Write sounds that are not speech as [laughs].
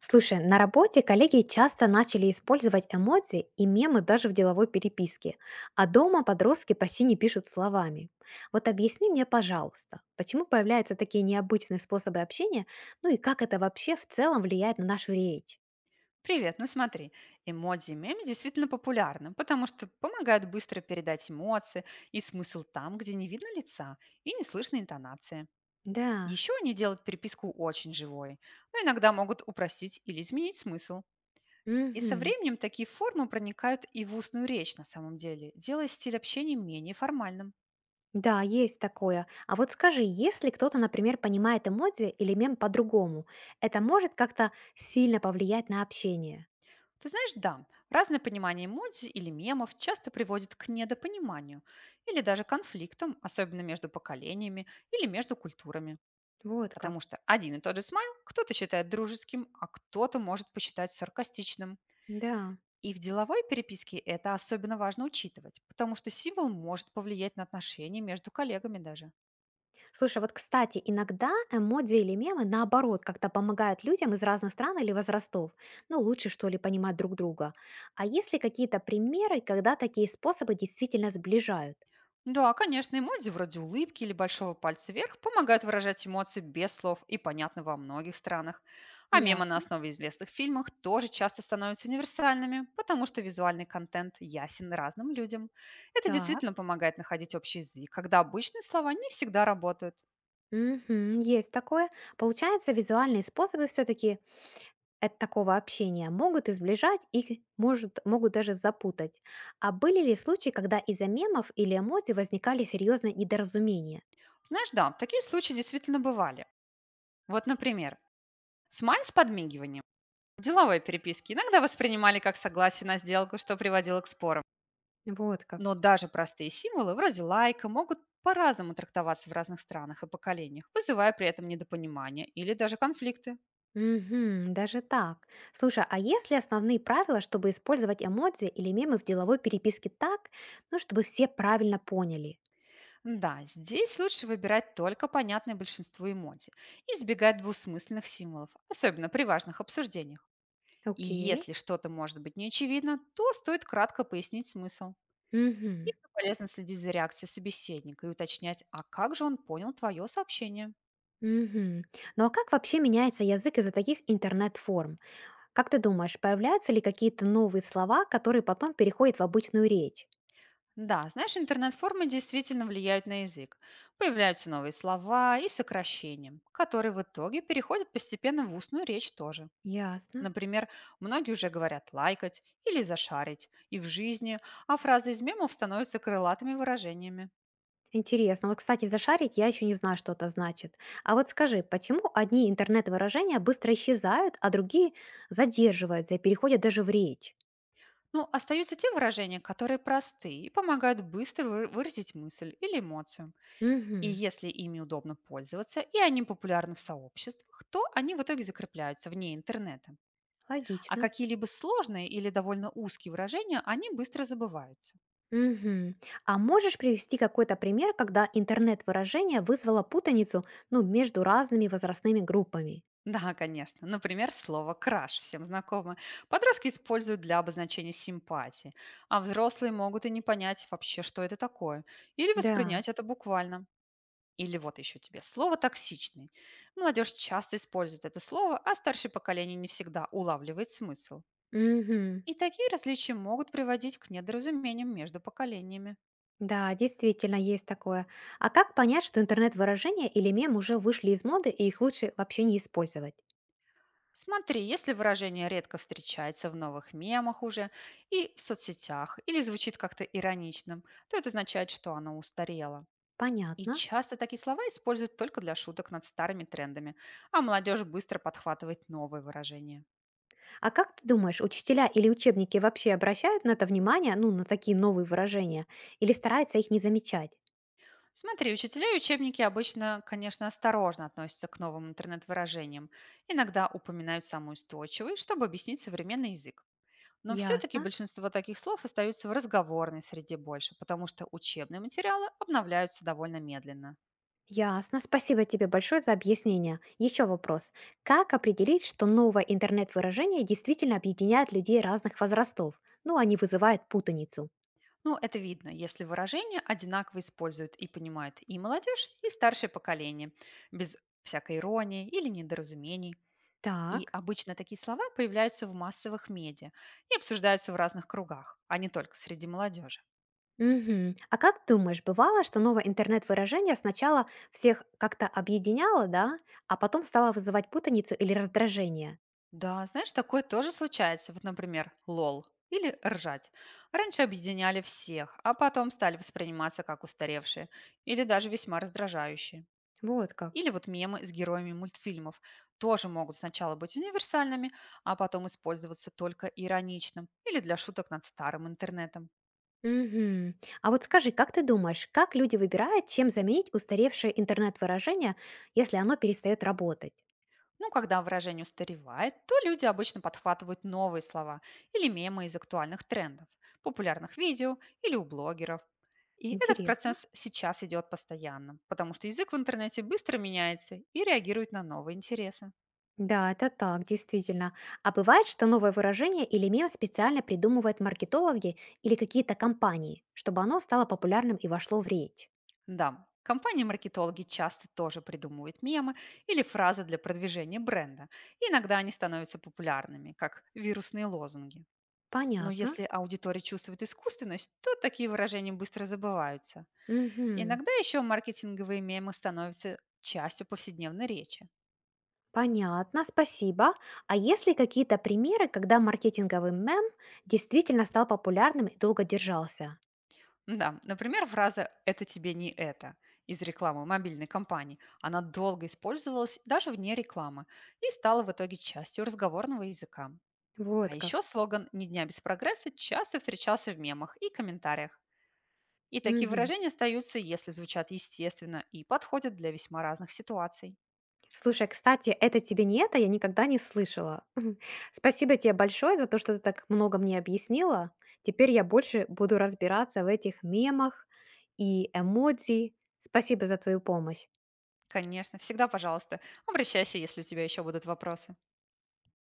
Слушай, на работе коллеги часто начали использовать эмодзи и мемы даже в деловой переписке, а дома подростки почти не пишут словами. Вот объясни мне, пожалуйста, почему появляются такие необычные способы общения, ну и как это вообще в целом влияет на нашу речь? Привет, ну смотри, эмодзи и меми действительно популярны, потому что помогают быстро передать эмоции и смысл там, где не видно лица и не слышно интонации. Да, Еще они делают переписку очень живой, но иногда могут упростить или изменить смысл. И со мгм. временем такие формы проникают и в устную речь на самом деле, делая стиль общения менее формальным. Да, есть такое. А вот скажи, если кто-то, например, понимает эмодзи или мем по-другому, это может как-то сильно повлиять на общение? Ты знаешь, да, разное понимание эмодзи или мемов часто приводит к недопониманию или даже конфликтам, особенно между поколениями или между культурами. Вот как. Потому что один и тот же смайл кто-то считает дружеским, а кто-то может посчитать саркастичным. Да. И в деловой переписке это особенно важно учитывать, потому что символ может повлиять на отношения между коллегами даже. Слушай, вот, кстати, иногда эмодзи или мемы, наоборот, как-то помогают людям из разных стран или возрастов. Ну, лучше, что ли, понимать друг друга. А есть ли какие-то примеры, когда такие способы действительно сближают? Да, конечно, эмодзи вроде улыбки или большого пальца вверх помогают выражать эмоции без слов и понятно во многих странах. А мемы на Ясно. основе известных фильмов тоже часто становятся универсальными, потому что визуальный контент ясен разным людям. Это Так. действительно помогает находить общий язык, когда обычные слова не всегда работают. Мгм, есть такое. Получается, визуальные способы все-таки от такого общения могут и сближать, и могут даже запутать. А были ли случаи, когда из-за мемов или эмодзи возникали серьезные недоразумения? Знаешь, да, такие случаи действительно бывали. Вот, например, смаль с подмигиванием. Деловые переписки иногда воспринимали как согласие на сделку, что приводило к спорам. Вот как. Но даже простые символы, вроде лайка, могут по-разному трактоваться в разных странах и поколениях, вызывая при этом недопонимание или даже конфликты. Мгм, даже так. Слушай, а есть ли основные правила, чтобы использовать эмодзи или мемы в деловой переписке так, ну, чтобы все правильно поняли? Да, здесь лучше выбирать только понятные большинству эмодзи и избегать двусмысленных символов, особенно при важных обсуждениях. И Окей. если что-то может быть неочевидно, то стоит кратко пояснить смысл. Угу. И ещё полезно следить за реакцией собеседника и уточнять, а как же он понял твое сообщение. Угу. Ну а как вообще меняется язык из-за таких интернет-форм? Как ты думаешь, появляются ли какие-то новые слова, которые потом переходят в обычную речь? Да, знаешь, интернет-формы действительно влияют на язык. Появляются новые слова и сокращения, которые в итоге переходят постепенно в устную речь тоже. Ясно. Например, многие уже говорят «лайкать» или «зашарить» и в жизни, а фразы из мемов становятся крылатыми выражениями. Интересно. Вот, кстати, зашарить я еще не знаю, что это значит. А вот скажи, почему одни интернет-выражения быстро исчезают, а другие задерживаются и переходят даже в речь? Ну, остаются те выражения, которые просты и помогают быстро выразить мысль или эмоцию. И Мгм. если ими удобно пользоваться, и они популярны в сообществах, то они в итоге закрепляются вне интернета. А Логично. какие-либо сложные или довольно узкие выражения, они быстро забываются. [laughs] Мгм. А можешь привести какой-то пример, когда интернет-выражение вызвало путаницу, ну, между разными возрастными группами? Да, конечно. Например, слово «краш» всем знакомо. Подростки используют для обозначения симпатии, а взрослые могут и не понять вообще, что это такое, или Да. воспринять это буквально. Или вот еще тебе слово «токсичный». Молодежь часто использует это слово, а старшее поколение не всегда улавливает смысл. Мгм. И такие различия могут приводить к недоразумениям между поколениями. Да, действительно есть такое. А как понять, что интернет-выражения или мем уже вышли из моды и их лучше вообще не использовать? Смотри, если выражение редко встречается в новых мемах уже и в соцсетях, или звучит как-то ироничным, то это означает, что оно устарело. И Понятно. часто такие слова используют только для шуток над старыми трендами, а молодежь быстро подхватывает новые выражения. А как ты думаешь, учителя или учебники вообще обращают на это внимание, ну, на такие новые выражения, или стараются их не замечать? Смотри, учителя и учебники обычно, конечно, осторожно относятся к новым интернет-выражениям, иногда упоминают самые устойчивые, чтобы объяснить современный язык. Но все-таки Ясно. большинство таких слов остаются в разговорной среде больше, потому что учебные материалы обновляются довольно медленно. Ясно. Спасибо тебе большое за объяснение. Еще вопрос. Как определить, что новое интернет-выражение действительно объединяет людей разных возрастов? Ну, они вызывают путаницу. Ну, это видно, если выражения одинаково используют и понимают и молодежь, и старшее поколение, без всякой иронии или недоразумений. И Так. обычно такие слова появляются в массовых медиа и обсуждаются в разных кругах, а не только среди молодежи. Мгм. А как думаешь, бывало, что новое интернет-выражение сначала всех как-то объединяло, да, а потом стало вызывать путаницу или раздражение? Да, знаешь, такое тоже случается. Вот, например, лол или ржать. Раньше объединяли всех, а потом стали восприниматься как устаревшие или даже весьма раздражающие. Вот как. Или вот мемы с героями мультфильмов тоже могут сначала быть универсальными, а потом использоваться только ироничным или для шуток над старым интернетом. Мгм. А вот скажи, как ты думаешь, как люди выбирают, чем заменить устаревшее интернет-выражение, если оно перестает работать? Ну, когда выражение устаревает, то люди обычно подхватывают новые слова или мемы из актуальных трендов, популярных видео или у блогеров. И этот Интересно. процесс сейчас идет постоянно, потому что язык в интернете быстро меняется и реагирует на новые интересы. Да, это так, действительно. А бывает, что новое выражение или мем специально придумывают маркетологи или какие-то компании, чтобы оно стало популярным и вошло в речь. Да, компании-маркетологи часто тоже придумывают мемы или фразы для продвижения бренда. И иногда они становятся популярными, как вирусные лозунги. Но Понятно. если аудитория чувствует искусственность, то такие выражения быстро забываются. Мгм. Иногда еще маркетинговые мемы становятся частью повседневной речи. Понятно, спасибо. А есть ли какие-то примеры, когда маркетинговый мем действительно стал популярным и долго держался? Да, например, фраза «это тебе не это» из рекламы мобильной компании. Она долго использовалась даже вне рекламы и стала в итоге частью разговорного языка. А Вот как. еще слоган «Ни дня без прогресса» часто встречался в мемах и комментариях. И такие Мгм. выражения остаются, если звучат естественно и подходят для весьма разных ситуаций. Слушай, а, кстати, «это тебе не это» я никогда не слышала. [laughs] Спасибо тебе большое за то, что ты так много мне объяснила. Теперь я больше буду разбираться в этих мемах и эмодзи. Спасибо за твою помощь. Конечно, всегда, пожалуйста, обращайся, если у тебя еще будут вопросы.